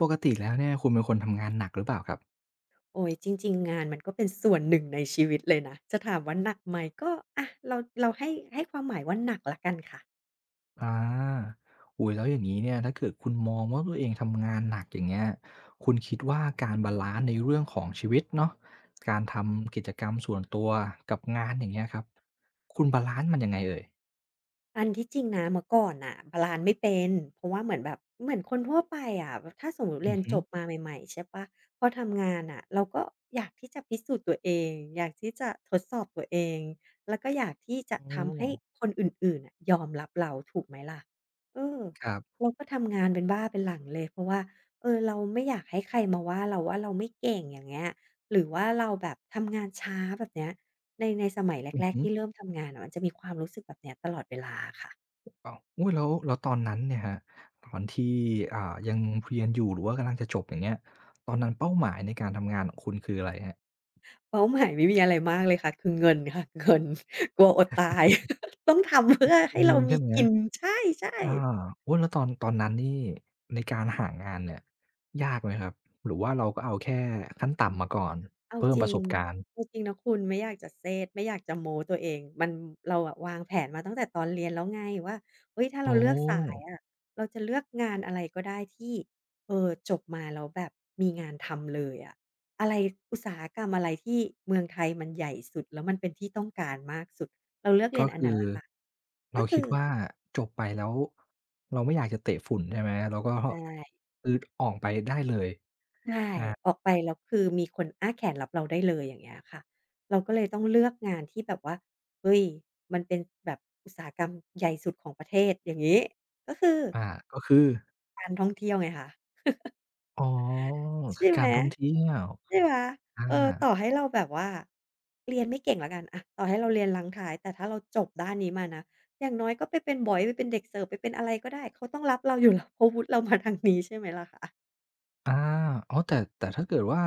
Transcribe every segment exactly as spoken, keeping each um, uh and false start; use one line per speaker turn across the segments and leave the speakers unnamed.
ปกติแล้วเนี่ยคุณเป็นคนทำงานหนักหรือเปล่าครับ
โอ้ยจริงๆงานมันก็เป็นส่วนหนึ่งในชีวิตเลยนะจะถามว่าหนักไหมก็อะเราเราให้ให้ความหมายว่าหนักแล้วกันค่ะ
อาโอ้โฮแล้วอย่างงี้เนี่ยถ้าเกิดคุณมองว่าตัวเองทำงานหนักอย่างเงี้ยคุณคิดว่าการบาลันซ์ในเรื่องของชีวิตเนาะการทำกิจกรรมส่วนตัวกับงานอย่างเงี้ยครับคุณบาลันซ์มันยังไงเอ่ย
อันที่จริงนะเมื่อก่อนน่ะบาลานซ์ไม่เป็นเพราะว่าเหมือนแบบเหมือนคนทั่วไปอะถ้าสมมุติเรี
อื
ย
อ
น
ฮึ
จบมาใหม่ๆใช่เปล่าพอทำงานน่ะเราก็อยากที่จะพิสูจน์ตัวเองอยากที่จะทดสอบตัวเองแล้วก็อยากที่จะ
โอ้
ทำให้คนอื่นๆน่ะยอมรับเราถูกไหมล่ะเออ
ครับ
เราก็ทำงานเป็นบ้าเป็นหลังเลยเพราะว่าเออเราไม่อยากให้ใครมาว่าเราว่าเราไม่เก่งอย่างเงี้ยหรือว่าเราแบบทำงานช้าแบบเนี้ย ในในสมัย
อือ
แรกๆ
ฮึ
ที่เริ่มทำงานอะมันจะมีความรู้สึกแบบเนี้ยตลอดเวลาค่ะ
อ้าวอุ๊ยแล้วแล้วตอนนั้นเนี่ยครับตอนที่อ่ายังเรียนอยู่หรือว่ากำลังจะจบอย่างเงี้ยตอนนั้นเป้าหมายในการทำงานของคุณคืออะไรครับ
เป้าหมายไม่มีอะไรมากเลยค่ะคือเงินค่ะเงินกลัวอดตาย ต้องทำเพื่อ
คื
ให้
อ
เรา
เงิน
มี
ใช่ไหม
กินใช่
อา
ๆ
โอ๊ยแล้วตอนตอนนั้นนี่ในการหางานเนี่ยยากไหมครับหรือว่าเราก็เอาแค่ขั้นต่ำมาก่อน
เอา
เพิ่ม
จ
ป
ริ
ระ
ง
สบการณ์
เอาจริงนะคุณไม่อยากจะเซตไม่อยากจะโม้ตัวเองมันเราอะวางแผนมาตั้งแต่ตอนเรียนแล้วไงว่าเฮ้ยถ้าเรา
โอ้
เลือกสายอะเราจะเลือกงานอะไรก็ได้ที่เอ่อจบมาแล้วแบบมีงานทำเลยอะอะไรอุตสาหกรรมอะไรที่เมืองไทยมันใหญ่สุดแล้วมันเป็นที่ต้องการมากสุดเราเลือกเรี
ก็
ยนอัน
คื
นั้น
อ
แหละค่ะ
เราคิ
คื
ด
อ
ว่าจบไปแล้วเราไม่อยากจะเตะฝุ่นใช่ไหมเราก็
ใช่
คือออกไปได้เลย
ใช่
อา
ออกไปแล้วคือมีคนอ้าแขนรับเราได้เลยอย่างเงี้ยค่ะเราก็เลยต้องเลือกงานที่แบบว่าเฮ้ยมันเป็นแบบอุตสาหกรรมใหญ่สุดของประเทศอย่างงี้ก็คือ
อาก็คือ
การท่องเที่ยวไงคะ
อ๋อ
ใช่
คือ
ไหม
การท่องเที่ยว
ใช่ไหม
อา
เออต่อให้เราแบบว่าเรียนไม่เก่งแล้วกันอะต่อให้เราเรียนรั้งท้ายแต่ถ้าเราจบด้านนี้มานะอย่างน้อยก็ไปเป็นบอยไปเป็นเด็กเสิร์ฟไปเป็นอะไรก็ได้เขาต้องรับเราอยู่แล้วเพราะวุฒิเรามาทางนี้ใช่ไหมล่ะคะ
อาอ๋อแต่แต่ถ้าเกิดว่า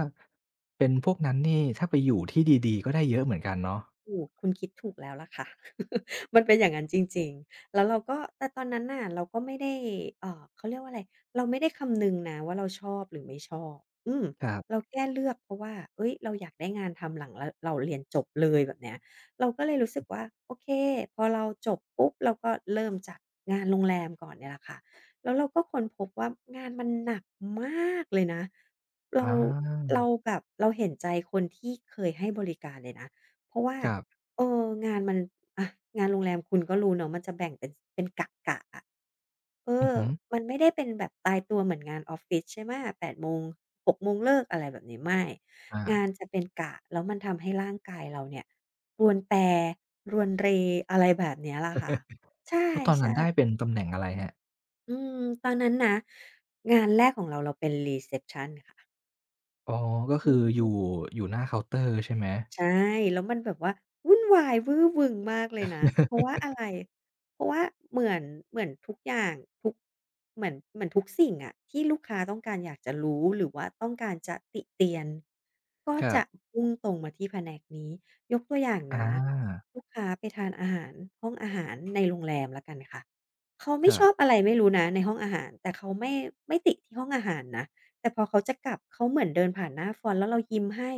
เป็นพวกนั้นนี่ถ้าไปอยู่ที่ดีๆก็ได้เยอะเหมือนกันเนาะ
ถูกคุณคิดถูกแล้วล่ะค่ะ มันเป็นอย่างนั้นจริงๆแล้วเราก็แต่ตอนนั้นน่ะเราก็ไม่ได้เอ่อเขาเรียกว่าอะไรเราไม่ได้คำนึงนะว่าเราชอบหรือไม่ชอบอืม
ครั
เรา
บ
แค่เลือกเพราะว่าเอ้ยเราอยากได้งานทำหลังเราเราเรียนจบเลยแบบเนี้ยเราก็เลยรู้สึกว่าโอเคพอเราจบปุ๊บเราก็เริ่มจากงานโรงแรมก่อนเนี่ยแหละค่ะแล้วเราก็ค้นพบว่างานมันหนักมากเลยนะเรา
อา
เราแบบเราเห็นใจคนที่เคยให้บริการเลยนะเพราะว่า
ครับ
เอองานมันอะงานโรงแรมคุณก็รู้เนาะมันจะแบ่งเป็นเป็นกะๆอะเอ
อือ
อ
ฮึ
มันไม่ได้เป็นแบบตายตัวเหมือนงานออฟฟิศใช่ไหมแปดโมงหกโมงเลิกอะไรแบบนี้ไม่
อา
งานจะเป็นกะแล้วมันทำให้ร่างกายเราเนี่ยรวนแปรรวนเรอะไรแบบเนี้ยล่ะค่ะใช
แล้วตอน
่
นั้นได้เป็
ๆ
นตำแหน่งอะไรครับ
อืมตอนนั้นนะงานแรกของเราเราเป็นรีเซปชันค่ะ
อ๋อก็
อื
คืออยู่
ม
อยู่หน้าเคาน์เตอร์ใช่ไหม
ใช่แล้วมันแบบว่าวุ่นวายวู้วึงมากเลยนะเพราะว่าอะไรเพราะว่าเหมือนเหมือนทุกอย่างทุกเหมือนเหมือนทุกสิ่งอะที่ลูกค้าต้องการอยากจะรู้หรือว่าต้องการจะติเตียนก็
ครั
จะ
บ
พุ่งตรงมาที่แผนกนี้ยกตัวอย่าง
อา
นะลูกค้าไปทานอาหารห้องอาหารในโรงแรมแล้วกันค่ะเขา
ค
ไม่ช
รับ
อบอะไรไม่รู้นะในห้องอาหารแต่เขาไม่ไม่ติที่ห้องอาหารนะแต่พอเขาจะกลับเขาเหมือนเดินผ่านหน้าฟอนต์แล้วเรายิ้มให้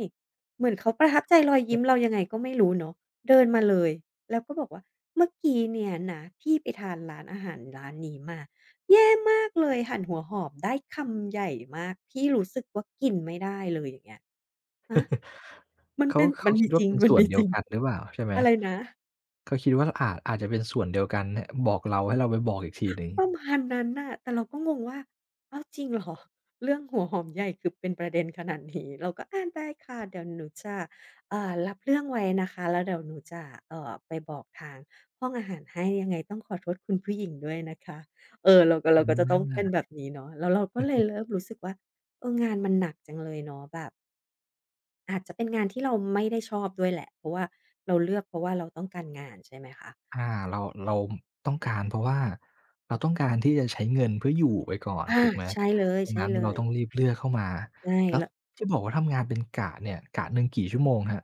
เหมือนเขาประทับใจรอยยิ้มเรายังไงก็ไม่รู้เนาะเดินมาเลยแล้วก็บอกว่าเมื่อกี้เนี่ยนะพี่ไปทานร้านอาหารร้านนี้มาแย่มากเลยหั่นหัวหอมได้คำใหญ่มากพี่รู้สึกว่ากินไม่ได้เลยอย่างเงี้ยฮะมัน
เขา
เป็นมั
เขา
นมี
คิด
จ
ว่า
ริง
เป็น
มัน
ส่วน
มี
เดี
จ
ยว
ริง
กันหรือเปล่าใช่ไหม
อะไรนะ
เขาคิดว่าอาจอาจจะเป็นส่วนเดียวกันเนี่ยบอกเราให้เราไปบอกอีกทีหนึ่ง
ประมาณนั้นน่ะแต่เราก็งงว่าอ้าวจริงเหรอ เรื่องหัวหอมใหญ่คือเป็นประเด็นขนาดนี้ เราก็อาได้ค่ะ เดี๋ยวหนูจะอ่ารับเรื่องไว้นะคะแล้วเดี๋ยวหนูจะเอ่อไปบอกทางห้องอาหารให้ยังไงต้องขอโทษคุณผู้หญิงด้วยนะคะเออเราก็
อื
เราก็จะต้อง
ม
เป็นแบบนี้เนาะแล้วเราก็เลยเริ่มรู้สึกว่าเอองานมันหนักจังเลยเนาะแบบอาจจะเป็นงานที่เราไม่ได้ชอบด้วยแหละเพราะว่าเราเลือกเพราะว่าเราต้องการงานใช่ไหมคะ
อาเราเราต้องการเพราะว่าเราต้องการที่จะใช้เงินเพื่ออยู่ไปก่อน
อา
ถูกไหม
ใช่เล
ตรงนั้นเรา
ย
ต้อง
ๆ
รีบเลือกเข้ามา
ใช่
แล้ว
ล
ที่บอกว่าทำงานเป็นกะเนี่ยกะหนึ่งกี่ชั่วโมงครับ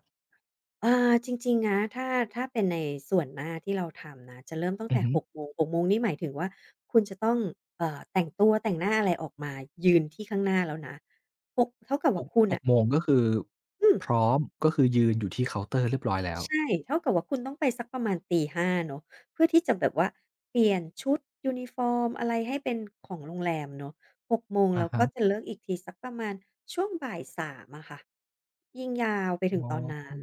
อาจริงๆนะถ้าถ้าเป็นในส่วนหน้าที่เราทำนะจะเริ่มตั้ง
อื
แต่
อฮึ
หกโมงหกโมงนี่หมายถึงว่าคุณจะต้องเอ่อแต่งตัวแต่งหน้าอะไรออกมายืนที่ข้างหน้าแล้วนะหกเท่ากับว่า
6-
คุณ
6
น่ะ
โมงก็คือ
อืม
พร้อมก็คือยืนอยู่ที่เคาน์เตอร์เรียบร้อยแล้ว
ใช่เท่ากับว่าคุณต้องไปสักประมาณตี5้าเนาะเพื่อที่จะแบบว่าเปลี่ยนชุดยูนิฟอร์มอะไรให้เป็นของโรงแรมเนาะหกโมง
อะ
แล้ว
ฮะ
ก็จะเลิกอีกทีสักประมาณช่วงบ่ายสามอะค่ะยิ่งยาวไป
อ๋
ถึ
อ
งตอนนั้น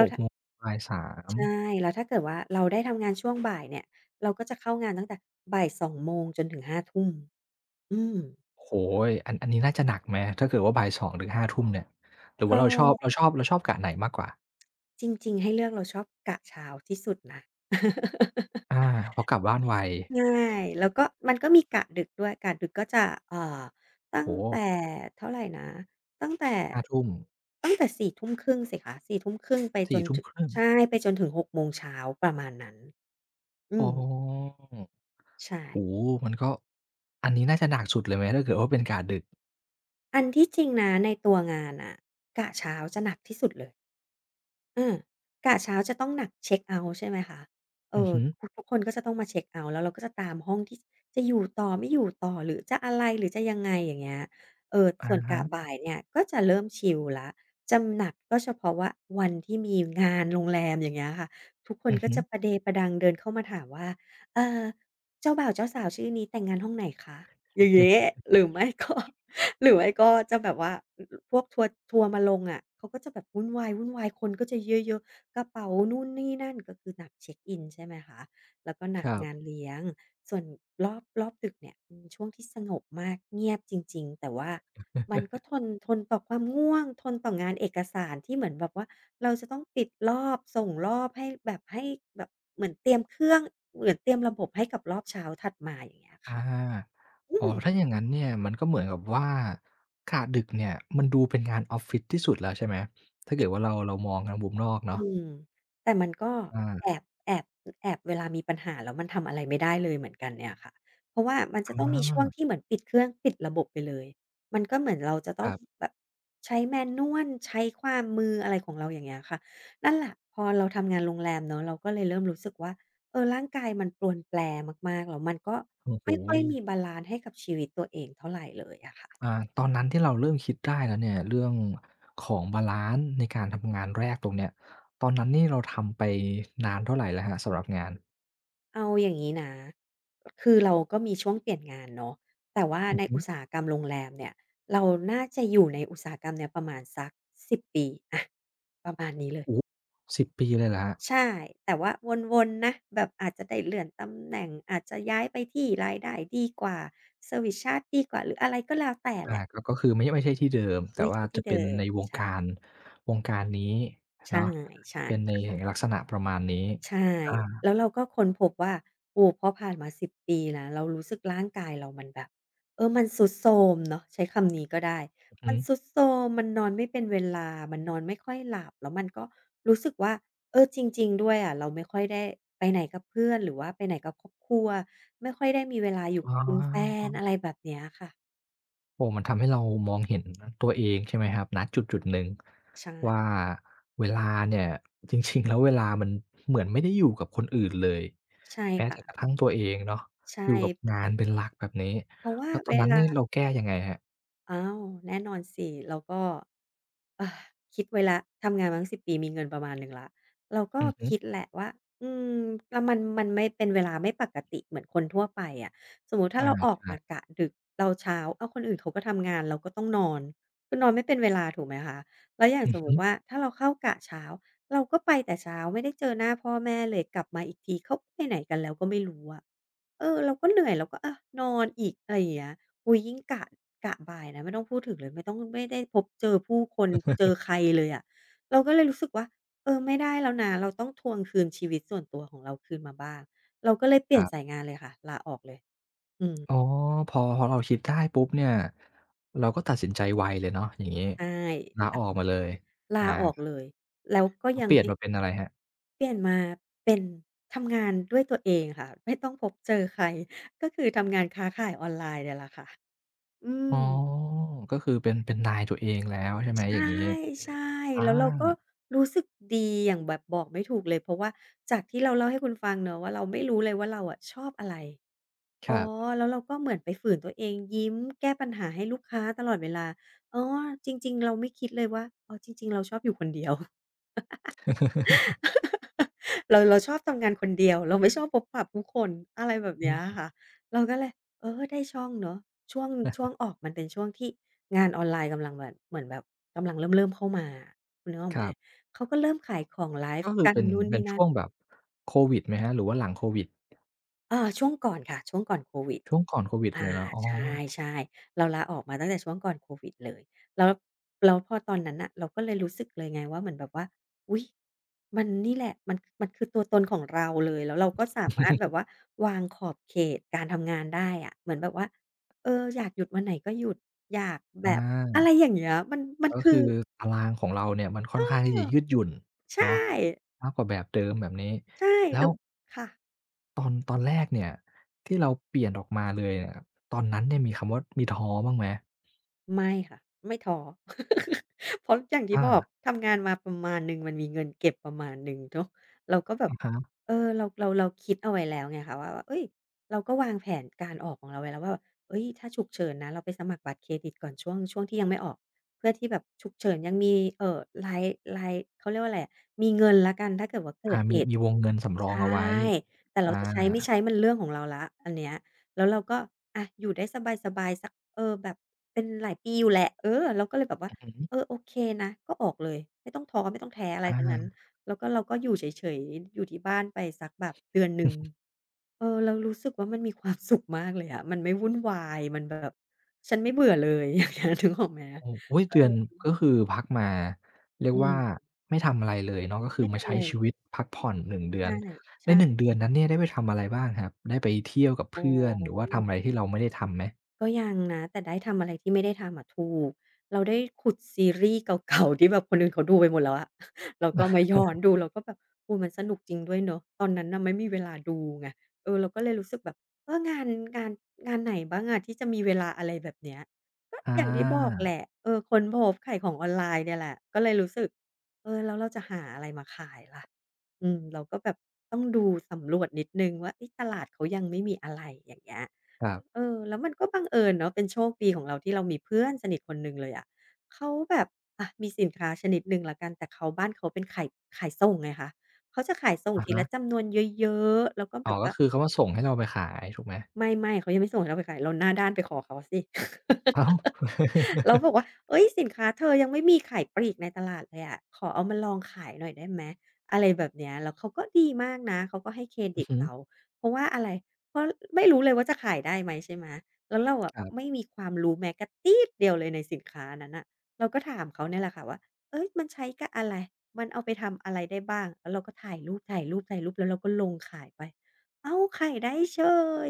หกโมงบ่ายสาม
ใช่แล้วถ้าเกิดว่าเราได้ทำงานช่วงบ่ายเนี่ยเราก็จะเข้างานตั้งแต่บ่ายสองโมงจนถึงห้าทุ่มอืม
โอ้โฮอันอันนี้น่าจะหนักไหมถ้าเกิดว่าบ่ายสองถึงห้าทุ่มเนี่ยหรือ
ก็
ว่าเราชอบเราชอบเราชอบกะไหนมากกว่า
จริงๆให้เลือกเราชอบกะเช้าที่สุดนะ
อา พอกลับบ้านไว
ใช่แล้วก็มันก็มีกะดึกด้วยกะดึกก็จะเอ่อตั้ง
โอ้
แต่
โฮ
เท่าไรนะตั้งแต่
ห้าทุ่ม
ตั้งแต่สี่ทุ่มครึ่งสิคะสี่ทุ่มครึ่งไปจ
สี่
น
ทุ่ม
ถึง
ครึ่ง
ใช่ไปจนถึงหกโมงเช้าประมาณนั้นอื
อ๋อ
มใช่
โอ้โฮมันก็อันนี้น่าจะหนักสุดเลยไหมถ้าเกิดว่าเป็นกะดึก
อันที่จริงนะในตัวงานอะกะเช้าจะหนักที่สุดเลยเออกะเช้าจะต้องหนักเช็กเอาต์ใช่ไหมคะเอ
อือ
อ
ฮึ
ทุกทุกคนก็จะต้องมาเช็กเอาต์แล้วเราก็จะตามห้องที่จะอยู่ต่อไม่อยู่ต่อหรือจะอะไรหรือจะยังไงอย่างเงี้ยเออ
อะ
ส่วนกะ
ฮะ
บ่ายเนี่ยก็จะเริ่มชิลแล้วจะหนักก็เฉพาะว่าวันที่มีงานโรงแรมอย่างเงี้ยค่ะทุกคน
อือ
ก็
ฮึ
จะประเดประดังเดินเข้ามาถามว่าเอ่อเจ้าบ่าวเจ้าสาวชื่อนี้แต่งงานห้องไหนคะอย่างงี้ หรือไม่ก็ หรือไม่ก็จะแบบว่าพวกทัวร์ทัวร์มาลงอะเขาก็จะแบบวุ่นวายวุ่นวายคนก็จะเยอะๆกระเป๋านู่นนี่นั่นก็คือหนักเช็กอินใช่ไหมคะแล้วก็หนั
ค
ก
รับ
งานเลี้ยงส่วนรอบรอบดึกเนี่ยเป็นช่วงที่สงบมากเงียบจริงๆแต่ว่ามันก็ทนทนต่อความง่วงทนต่องานเอกสารที่เหมือนแบบว่าเราจะต้องปิดรอบส่งรอบให้แบบให้แบบเหมือนเตรียมเครื่องเหมือนเตรียมระบบให้กับรอบเช้าถัดมาอย่างเงี้ย
อา
ค่ะอื
อ๋อ
ม
ถ้าอย่างงั้นเนี่ยมันก็เหมือนกับว่ากะดึกเนี่ยมันดูเป็นงานออฟฟิศที่สุดแล้วใช่ไหม ถ้าเกิดว่าเราเรามองกานมุมนอก
อื
เนาะ
มแต่มันก็
อา
แอบแอบแอบเวลามีปัญหาแล้วมันทำอะไรไม่ได้เลยเหมือนกันเนี่ยค่ะเพราะว่ามันจะ
อ
ต้องมีช่วง
า
ที่เหมือนปิดเครื่องปิดระบบไปเลยมันก็เหมือนเราจะ
ค
ต้อง
รับ
แบบใช้แมนนวลใช้ความมืออะไรของเราอย่างเงี้ยค่ะนั่นแหละพอเราทำงานโรงแรมเนาะเราก็เลยเริ่มรู้สึกว่าเออร่างกายมันปรวนแปรมากๆแล้วมันก็
โอ้โฮ
ไม่ค่อยมีบาลันซ์ให้กับชีวิตตัวเองเท่าไรเลยอะค่ะ
อ่าตอนนั้นที่เราเริ่มคิดได้แล้วเนี่ย เรื่องของบาลันซ์ในการทำงานแรกตรงเนี้ยตอนนั้นนี่เราทำไปนานเท่าไรแล้วครับสำหรับงาน
เอาอย่างนี้นะคือเราก็มีช่วงเปลี่ยนงานเนาะแต่ว่า
อื
ใน
อฮึ
อุตสาหกรรมโรงแรมเนี่ยเราน่าจะอยู่ในอุตสาหกรรมเนี่ยประมาณสักสิบปีอะประมาณนี้เลย
โอ้โฮสิบปีเลยเหรอครับ
ใช่ แต่ว่าวนๆนะแบบอาจจะได้เลื่อนตำแหน่งอาจจะย้ายไปที่รายได้ดีกว่าเซอร์วิซชาร์จดีกว่า หรืออะไรก็แล้วแต่
อา
แหละ
ก็ก็คือไม่ไม่ใช่ที่เดิมแต่
ไม่
ว่า
ใช่ที่
จะเป็
เดิ
นใน
ม
วง
ใช่
การวงการนี้
ใช่
เนาะ
ใช่
เป็นในลักษณะประมาณนี้
ใช่
อา
แล้วเราก็ค้นพบว่าโอ้พอผ่านมาสิบปีนะเรารู้สึกร่างกายเรามันแบบเออมันทรุดโทรมเนาะใช้คำนี้ก็ได้
อือ
มั
ฮึ
นทรุดโทรมมันนอนไม่เป็นเวลามันนอนไม่ค่อยหลับแล้วมันก็รู้สึกว่าเออจริงๆด้วยอะเราไม่ค่อยได้ไปไหนกับเพื่อนหรือว่าไปไหนกับครอบครัวไม่ค่อยได้มีเวลาอยู่
อ๋
กับคุณแฟ
อ
นอะไรแบบเนี้ยค่ะ
โอ้มันทำให้เรามองเห็นตัวเองใช่ไหมครับณจุดๆหนึ่ง
ใช่
ว่าเวลาเนี่ยจริงๆแล้วเวลามันเหมือนไม่ได้อยู่กับคนอื่นเลย
ใช่
แม้
ค่ะ
แต่กระทั่งตัวเองเนาะ
ใช่
อยู่กับงานเป็นหลักแบบนี้
เพราะว่า
แล้วตอ
เว
นนั้น
ลา
นี่เราแก้ยังไงครับ
อ้าวแน่นอนสิแล้วก็ เออคิดไว้แล้วทำงานมาตั้งสิบปีมีเงินประมาณหนึ่งแล้วเราก็
อือฮึ
คิดแหละว่าอืมแล้วมันมันไม่เป็นเวลาไม่ปกติเหมือนคนทั่วไปอะสมมุติถ้า
อา
เราออกมา
ใช่
กะดึกเราเช้าอ้าวคนอื่นเขาก็ทำงานเราก็ต้องนอนคือนอนไม่เป็นเวลาถูกไหมคะแล้วอย่าง
อื
ส
อ
มมุ
ฮึ
ติว่าถ้าเราเข้ากะเช้าเราก็ไปแต่เช้าไม่ได้เจอหน้าพ่อแม่เลยกลับมาอีกทีเขาไปไหนกันแล้วก็ไม่รู้อะเออเราก็เหนื่อยเราก็อะนอนอีกอะไรอย่างเงี้ย อุ๊ยยิ่งกะกะบ่ายนะไม่ต้องพูดถึงเลยไม่ต้องไม่ได้พบเจอผู้คนเจอใครเลยอะเราก็เลยรู้สึกว่าเออไม่ได้แล้วนะเราต้องทวงคืนชีวิตส่วนตัวของเราคืนมาบ้างเราก็เลยเป
ค
ลี่ยน
รั
สาย
บ
งานเลยค่ะลาออกเลยอืม
อ๋อพอพอเราคิดได้ปุ๊บเนี่ยเราก็ตัดสินใจไวเลยเนาะอย่างงี้
ใช่
ลา
ตั
อ
ด
อก
สิน
มา
ใจ
เลย
ลา
อา
ออกเลยแล้วก็
แล้
ยั
ว
ง
เปลี่ยน
ไม่
มาเป็นอะไรครับ
เปลี่ยนมาเป็นทำงานด้วยตัวเองค่ะไม่ต้องพบเจอใครก็คือทำงานค้าขายออนไลน์เนี่ยแหละค่ะอืม
อ๋อก็คือเป็นเป็นนายตัวเองแล้วใช่ไหมอ
ใช่
ย่างงี้
ใช่
อา
แล้วเราก็รู้สึกดีอย่างแบบบอกไม่ถูกเลยเพราะว่าจากที่เราเล่าให้คุณฟังเนาะว่าเราไม่รู้เลยว่าเราอะชอบอะไร
ค
อ๋อ
รับ
แล้วเราก็เหมือนไปฝืนตัวเองยิ้มแก้ปัญหาให้ลูกค้าตลอดเวลาอ๋อจริงๆเราไม่คิดเลยว่าอ๋อจริงๆเราชอบอยู่คนเดียว เราเราชอบทำงานคนเดียวเราไม่ชอบพบปะผู้คนอะไรแบบเนี้ยอะ
อืม
ค่ะเราก็เลยเออได้ช่องเนาะช่วงช่วงออกมันเป็นช่วงที่งานออนไลน์กำลังแบบเหมือนแบบกำลังเริ่มๆเข้ามาอะคุณนึกออก
ค
ไหม
รับ
เขาก็เริ่มขายของไลฟ์
ก็คือ
กัน
เป็น
นู่น
เป็
นี่
น
นั่น
ช่วงแบบโควิดไหมครับหรือว่าหลังโควิด
อาช่วงก่อนค่ะช่วงก่อนโควิด
ช่วงก่อนโควิด
อา
เลยเนาะอ๋อ
ใช่ๆเราลาออกมาตั้งแต่ช่วงก่อนโควิดเลยแล้วแล้วพอตอนนั้นน่ะเราก็เลยรู้สึกเลยไงว่าเหมือนแบบว่าอุ๊ยมันนี่แหละมันมันคือตัวตนของเราเลยแล้วเราก็สามารถแบบว่า วางขอบเขตการทำงานได้อะเหมือนแบบว่าเอออยากหยุดวันไหนก็หยุดอยาก
อ
แบบอะ
า
ไรอย่างเงี้ยมันมัน
ก็
คื
คื
อ
อตารางของเราเนี่ยมันค่
เอ
อน
อ
ข้างที่จะยืดหยุ่น
ใช่
เนาะมากกว่าแบบเดิมแบบนี้
ใช่
แล้
แล้
ว
วค่ะ
ตอนตอนแรกเนี่ยที่เราเปลี่ยนออกมาเลยเนี่ยตอนนั้นเนี่ยมีคำว่ามีท้อบ้างไหม
ไม่ค่ะไม่ท้อ เพราะอย่างที่
อา
บอกทำงานมาประมาณหนึ่งมันมีเงินเก็บประมาณหนึ่งเนาะเราก็แบบ
อะฮะ
เออเราเราเราคิดเอาไว้แล้วไงคะว่าว่าเอ้ยเราก็วางแผนการออกของเราไว้แล้วว่าเอ้ยถ้าฉุกเฉินนะเราไปสมัครบัตรเครดิตก่อนช่วงช่วงที่ยังไม่ออกเพื่อที่แบบฉุกเฉินยังมีเออรายรายเขาเรียกว่าอะไรอะมีเงินละกันถ้าเกิดว่าเกิ
อา
ดเห
มี
ตุ
มีวงเงินสำรอง
ใช่
เอาไว้
แต่เรา
อ
จะใช้ไม่
า
ใช้มันเรื่องของเราละอันเนี้ยแล้วเราก็อะอยู่ได้สบายๆสัก เออแบบเป็นหลายปีอยู่แหละเออเราก็เลยแบบว่า
อือฮึ
เออโอเคนะก็ออกเลยไม่ต้องท้อไม่ต้องแท้อะไรทั้งนั้น
อา
แล้วก็เราก็อยู่เฉยๆอยู่ที่บ้านไปสักแบบเดือนหนึ่งเออเรารู้สึกว่ามันมีความสุขมากเลยอะมันไม่วุ่นวายมันแบบฉันไม่เบื่อเลยอย่างเงี้ยนึกออกไหม
โอ้อุ๊ย
เออ
เดือนก็คือพักมาเรียก
อื
ว่า
ม
ไม่ทำอะไรเลยเนาะก็คื
ไม่
อมา
ทำอะ
ใช้
ไร
ชี
เลย
วิตพักผ่อนหนึ่งเดือ
ใช่
นใน
ใช่
หนึ่งเดือนนั้นเนี่ยได้ไปทำอะไรบ้างครับได้ไปเที่ยวกับ
โอ้โ
เพื่อนหรือว่าทำอะ
ฮ
ไรที่เราไม่ได้ทำไหม
ก็ยังนะแต่ได้ทำอะไรที่ไม่ได้ทำอะถูกเราได้ขุดซีรีส์เก่าๆ ที่แบบคนอื่นเขาดูไปหมดแล้วอะเราก็มาย้อนดูเราก็แบบโอ้มันสนุกจริงด้วยเนาะตอนนั้นน่ะไม่มีเวลาดูไงเออเราก็เลยรู้สึกแบบเอองานงานงานไหนบ้างอะที่จะมีเวลาอะไรแบบเนี้ยก็
อ
อย่างที่บอก
า
แหละเออค้นพบขายของออนไลน์เนี่ยแหละก็เลยรู้สึกเออแล้วเราจะหาอะไรมาขายล่ะอืมเราก็แบบต้องดูสำรวจนิดหนึ่งว่าเอ๊ะตลาดเขายังไม่มีอะไรอย่างเงี้ย
ครับ
เออแล้วมันก็บังเอิญเนาะเป็นโชคดีของเราที่เรามีเพื่อนสนิทคนหนึ่งเลยอะเขาแบบอะมีสินค้าชนิดหนึ่งแล้วกันแต่เขาบ้านเขาเป็นขายขายส่งไงคะเขาจะขายส่ง
อะ
ที
ฮะ
ละจำนวนเยอะๆแล้วก็แบ
อ๋อ
บ
ก็
ว่า
คือเขามาส่งให้เราไปขายถูกไหม
ไม่ๆเขายังไม่ส่งให้เราไปขายเราหน้าด้านไปขอเขาสิ
อ้าว
เราบอกว่าเฮ้ยสินค้าเธอยังไม่มีขายปลีกในตลาดเลยอะขอเอามาลองขายหน่อยได้ไหมอะไรแบบเนี้ยแล้วเขาก็ดีมากนะเขาก็ให้เคร
อื
ดิ
อ
ต
ฮึ
เราเพราะว่าอะไรเพราะไม่รู้เลยว่าจะขายได้ไหมใช่ไหมแล้วเราอะ
ครั
ไม่
บ
มีความรู้แม้กระตี๊ดเดียวเลยในสินค้านั้นน่ะเราก็ถามเขาเนี่ยแหละค่ะว่าเฮ้ยมันใช้กับอะไรมันเอาไปทำอะไรได้บ้างแล้วเราก็ถ่ายรูปๆๆแล้วเราก็ลงขายไป เอ้าใไข่ได้เฉ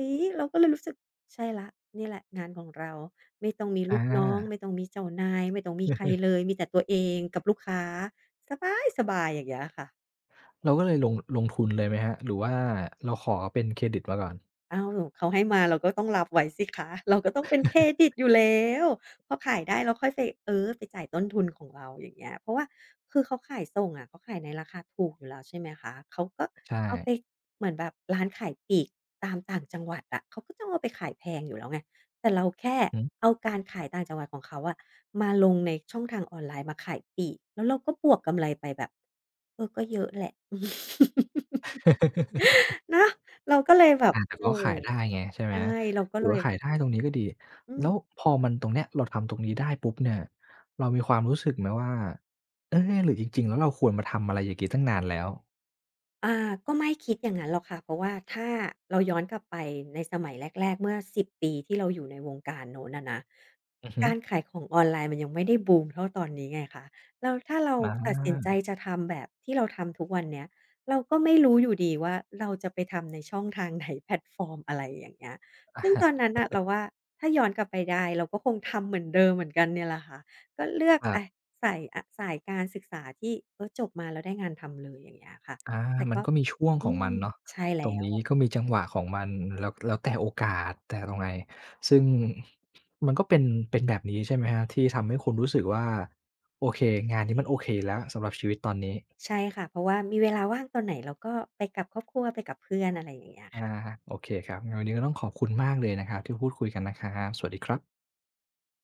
ยเราก็เลยรู้สึกใช่แล้วนี่แหละงานของเราไม่ต้องมี
อ
ลูกน้อง
า
ไม่ต้องมีเจ้านายไม่ต้องมีใครเลยมีแต่ตัวเองกับลูกค้าสบายๆอย่างเงี้ยค่ะ
เราก็เลยลงลงทุนเลยไหมครับหรือว่าเราขอเป็นเครดิตมาก่อน
อ้าวเขาให้มาเราก็ต้องรับไว้สิคะเราก็ต้องเป็นเครดิตอยู่แล้วพอขายได้เราค่อยไปเออไปจ่ายต้นทุนของเราอย่างเงี้ยเพราะว่าคือเขาขายส่งอะเขาขายในราคาถูกอยู่แล้วใช่ไหมคะเขาก็
ใช่
เอาไปเหมือนแบบร้านขายปลีกตามต่างจังหวัดอะเขาก็ต้องเอาไปขายแพงอยู่แล้วไงแต่เราแค่
อือฮ
เอาการขายต่างจังหวัดของเขาอะมาลงในช่องทางออนไลน์มาขายปลีกแล้วเราก็บวกกำไรไปแบบเออก็เยอะแหละ
ึ
เนาะเราก็เลยแบบ
อาแต่
เออ
ก็ขายได้ไงใช่ไหม
ใช่เราก็
ถื
เล
อ
ย
ว่า
แบ
ขาย
บ
ได้ตรงนี้ก็ดี
อืม
แล้วพอมันตรงเนี้ยเราทำตรงนี้ได้ปุ๊บเนี่ยเรามีความรู้สึกไหมว่าเอ๊ะหรือจริงๆแล้วเราควรมาทำอะไรอย่างงี้ตั้งนานแล้ว
อาก็ไม่คิดอย่างนั้นหรอกค่ะเพราะว่าถ้าเราย้อนกลับไปในสมัยแรกๆเมื่อสิสิบปีที่เราอยู่ในวงการโน้นอะนะ
อือฮึ
การขายของออนไลน์มันยังไม่ได้บูมเท่าตอนนี้ไงคะแล้วถ้าเรา
อา
ตัดสินใจจะทำแบบที่เราทำทุกวันเนี้ยเราก็ไม่รู้อยู่ดีว่าเราจะไปทำในช่องทางไหน แพลตฟอร์มอะไรอย่างเงี้ยซึ่งตอน นั้นน่ะเราว่าถ้าย้อนกลับไปได้เราก็คงทำเหมือนเดิมเหมือนกันเนี่ยแหละค่ะก็เลือก
ครั
อะ
บ
สายอะสายการศึกษาที่เออจบมาแล้วได้งานทำเลยอย่างเงี้ยค่ะ
อา
แต่
มัน
ก็
ก็มีช่วง
อื
ของ
ม
มันเนาะ
ใช่แล้
ตรงนี้
ว
ก็มีจังหวะของมันแล้วแล้วแต่โอกาสแต่ตรงไหนซึ่งมันก็เป็นเป็นแบบนี้ใช่ไหมครับที่ทำให้คุณรู้สึกว่าโอเคงานนี้มันโอเคแล้วสำหรับชีวิตตอนนี้
ใช่ค่ะเพราะว่ามีเวลาว่างตอนไหนเราก็ไปกับครอบครัวไปกับเพื่อนอะไรอย่างเงี้ย
อา
ค่ะ
โอเคครับงั้นวันนี้ก็ต้องขอบคุณมากเลยนะครับที่พูดคุยกันนะครับ สวัสดีครับ